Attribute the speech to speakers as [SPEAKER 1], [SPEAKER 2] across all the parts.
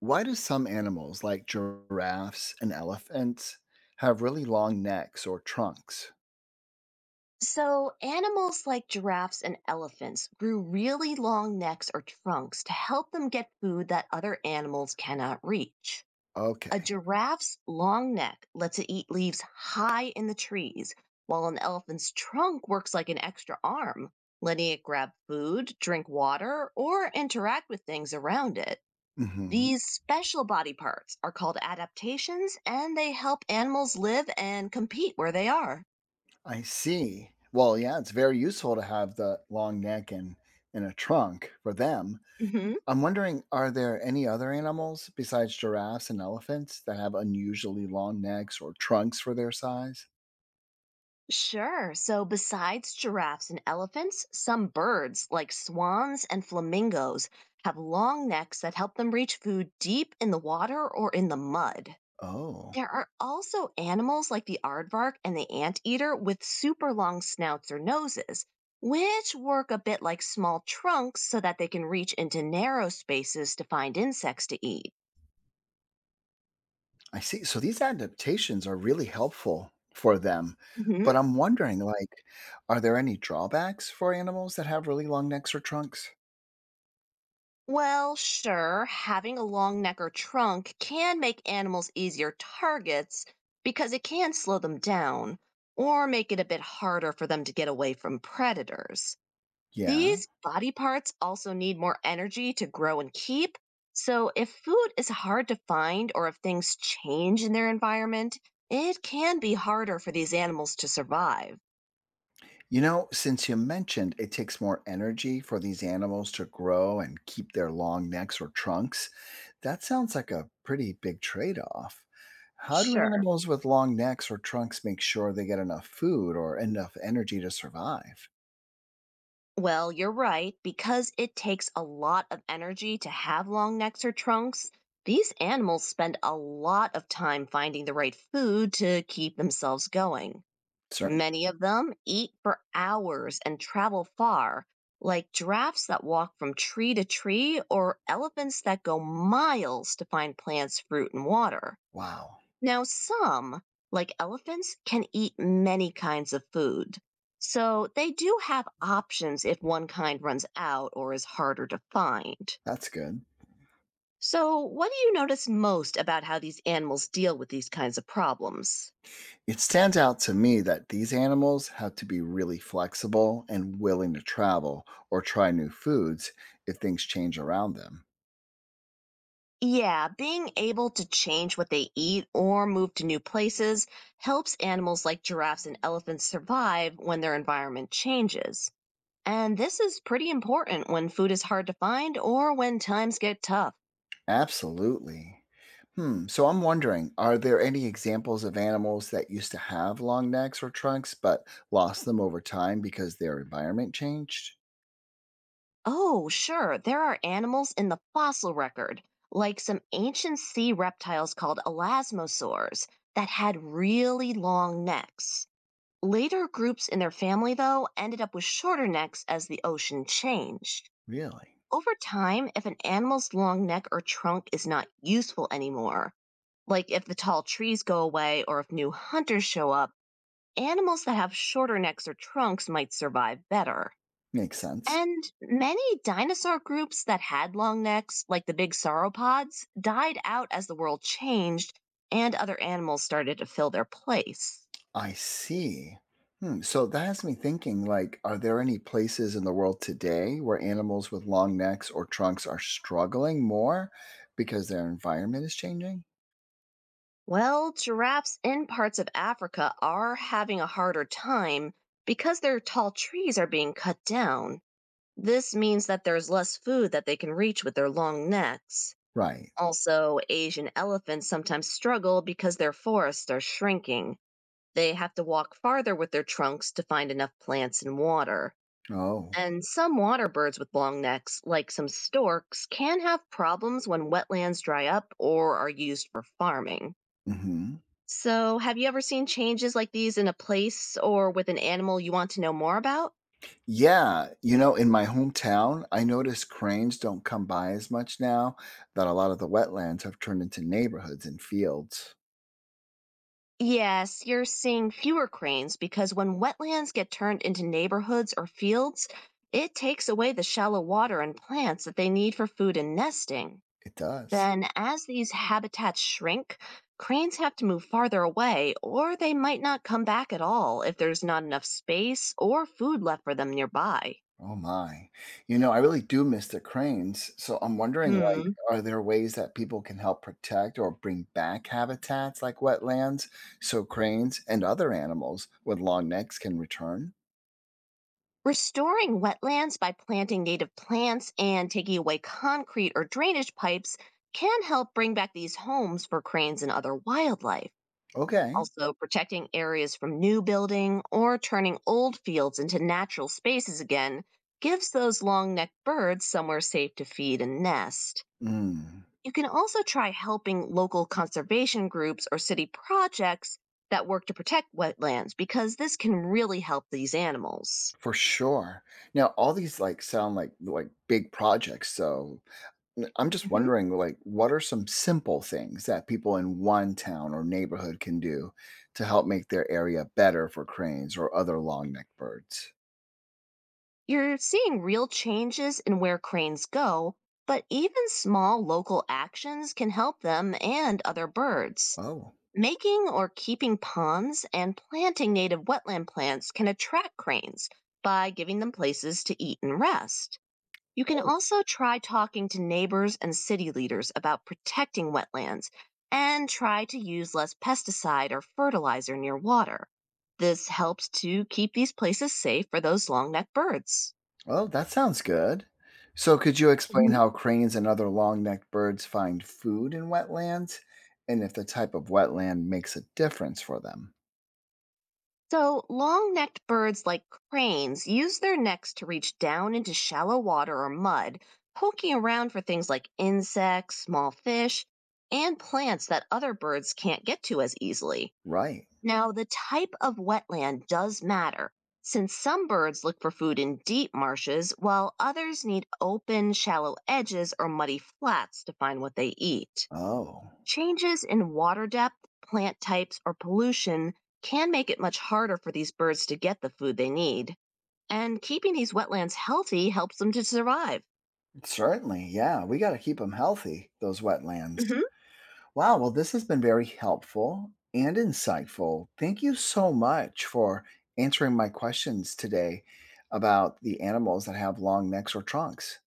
[SPEAKER 1] Why do some animals, like giraffes and elephants, have really long necks or trunks?
[SPEAKER 2] So, animals like giraffes and elephants grew really long necks or trunks to help them get food that other animals cannot reach. A
[SPEAKER 1] Okay.
[SPEAKER 2] giraffe's long neck lets it eat leaves high in the trees, while an elephant's trunk works like an extra arm, letting it grab food, drink water, or interact with things around it.
[SPEAKER 1] Hmm.
[SPEAKER 2] These special body parts are called adaptations and they help animals live and compete where they are.
[SPEAKER 1] I see. Well, yeah, it's very useful to have the long neck and a trunk for them.
[SPEAKER 2] Mhm.
[SPEAKER 1] I'm wondering, are there any other animals besides giraffes and elephants that have unusually long necks or trunks for their size?
[SPEAKER 2] Sure. So, besides giraffes and elephants, some birds, like swans and flamingos, have long necks that help them reach food deep in the water or in the mud.
[SPEAKER 1] Oh.
[SPEAKER 2] There are also animals like the aardvark and the anteater with super long snouts or noses, which work a bit like small trunks so that they can reach into narrow spaces to find insects to eat.
[SPEAKER 1] I see. So these adaptations are really helpful for them. But I'm wondering, like, are there any drawbacks for animals that have really long necks or trunks?
[SPEAKER 2] Well, sure, having a long neck or trunk can make animals easier targets because it can slow them down or make it a bit harder for them to get away from predators.
[SPEAKER 1] Yeah.
[SPEAKER 2] These body parts also need more energy to grow and keep. So, if food is hard to find or if things change in their environment, it can be harder for these animals to survive.
[SPEAKER 1] You know, since you mentioned it takes more energy for these animals to grow and keep their long necks or trunks, that sounds like a pretty big trade off. How do
[SPEAKER 2] Sure.
[SPEAKER 1] animals with long necks or trunks make sure they get enough food or enough energy to survive?
[SPEAKER 2] Well, you're right. Because it takes a lot of energy to have long necks or trunks, these animals spend a lot of time finding the right food to keep themselves going.
[SPEAKER 1] Certain.
[SPEAKER 2] Many of them eat for hours and travel far, like giraffes that walk from tree to tree or elephants that go miles to find plants, fruit, and water.
[SPEAKER 1] Wow.
[SPEAKER 2] Now, some, like elephants, can eat many kinds of food. So they do have options if one kind runs out or is harder to find.
[SPEAKER 1] That's good.
[SPEAKER 2] So, what do you notice most about how these animals deal with these kinds of problems?
[SPEAKER 1] It stands out to me that these animals have to be really flexible and willing to travel or try new foods if things change around them.
[SPEAKER 2] Yeah, being able to change what they eat or move to new places helps animals like giraffes and elephants survive when their environment changes. And this is pretty important when food is hard to find or when times get tough.
[SPEAKER 1] Absolutely. Hmm. So I'm wondering, are there any examples of animals that used to have long necks or trunks but lost them over time because their environment changed?
[SPEAKER 2] Oh, sure. There are animals in the fossil record, like some ancient sea reptiles called elasmosaurs that had really long necks. Later groups in their family, though, ended up with shorter necks as the ocean changed.
[SPEAKER 1] Really?
[SPEAKER 2] Over time, if an animal's long neck or trunk is not useful anymore, like if the tall trees go away or if new hunters show up, animals that have shorter necks or trunks might survive better.
[SPEAKER 1] Makes sense.
[SPEAKER 2] And many dinosaur groups that had long necks, like the big sauropods, died out as the world changed and other animals started to fill their place.
[SPEAKER 1] I see. Hmm, so that has me thinking, like, are there any places in the world today where animals with long necks or trunks are struggling more because their environment is changing?
[SPEAKER 2] Well, giraffes in parts of Africa are having a harder time because their tall trees are being cut down. This means that there's less food that they can reach with their long necks.
[SPEAKER 1] Right.
[SPEAKER 2] Also, Asian elephants sometimes struggle because their forests are shrinking. They have to walk farther with their trunks to find enough plants and water.
[SPEAKER 1] Oh.
[SPEAKER 2] And some water birds with long necks, like some storks, can have problems when wetlands dry up or are used for farming.
[SPEAKER 1] Mhm.
[SPEAKER 2] So, have you ever seen changes like these in a place or with an animal you want to know more about?
[SPEAKER 1] Yeah, you know, in my hometown, I noticed cranes don't come by as much now that a lot of the wetlands have turned into neighborhoods and fields.
[SPEAKER 2] Yes, you're seeing fewer cranes because when wetlands get turned into neighborhoods or fields, it takes away the shallow water and plants that they need for food and nesting.
[SPEAKER 1] It does.
[SPEAKER 2] Then, as these habitats shrink, cranes have to move farther away, or they might not come back at all if there's not enough space or food left for them nearby.
[SPEAKER 1] Oh my. You know, I really do miss the cranes. So I'm wondering, like,
[SPEAKER 2] Hmm.
[SPEAKER 1] are there ways that people can help protect or bring back habitats like wetlands so cranes and other animals with long necks can return?
[SPEAKER 2] Restoring wetlands by planting native plants and taking away concrete or drainage pipes can help bring back these homes for cranes and other wildlife.
[SPEAKER 1] Okay.
[SPEAKER 2] Also, protecting areas from new building or turning old fields into natural spaces again gives those long necked birds somewhere safe to feed and nest.
[SPEAKER 1] Mm.
[SPEAKER 2] You can also try helping local conservation groups or city projects that work to protect wetlands because this can really help these animals.
[SPEAKER 1] For sure. Now, all these sound like big projects. So I'm just
[SPEAKER 2] Mhm.
[SPEAKER 1] wondering, like, what are some simple things that people in one town or neighborhood can do to help make their area better for cranes or other long-necked birds?
[SPEAKER 2] You're seeing real changes in where cranes go, but even small local actions can help them and other birds.
[SPEAKER 1] Oh.
[SPEAKER 2] Making or keeping ponds and planting native wetland plants can attract cranes by giving them places to eat and rest. You can
[SPEAKER 1] Oh,
[SPEAKER 2] also try talking to neighbors and city leaders about protecting wetlands and try to use less pesticide or fertilizer near water. This helps to keep these places safe for those long necked birds.
[SPEAKER 1] well, that sounds good. So, could you explain how cranes and other long necked birds find food in wetlands and if the type of wetland makes a difference for them?
[SPEAKER 2] So, long necked birds like cranes use their necks to reach down into shallow water or mud, poking around for things like insects, small fish, and plants that other birds can't get to as easily.
[SPEAKER 1] Right.
[SPEAKER 2] Now, the type of wetland does matter, since some birds look for food in deep marshes, while others need open, shallow edges or muddy flats to find what they eat.
[SPEAKER 1] Oh,
[SPEAKER 2] Changes in water depth, plant types, or pollution can make it much harder for these birds to get the food they need. And keeping these wetlands healthy helps them to survive.
[SPEAKER 1] certainly. Yeah, we got to keep them healthy, those wetlands.
[SPEAKER 2] Hmm.
[SPEAKER 1] Wow. Well, this has been very helpful and insightful. Thank you so much for answering my questions today about the animals that have long necks or trunks.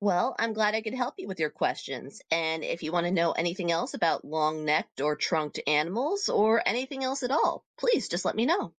[SPEAKER 2] Well, I'm glad I could help you with your questions. And if you want to know anything else about long necked or trunked animals or anything else at all, please just let me know.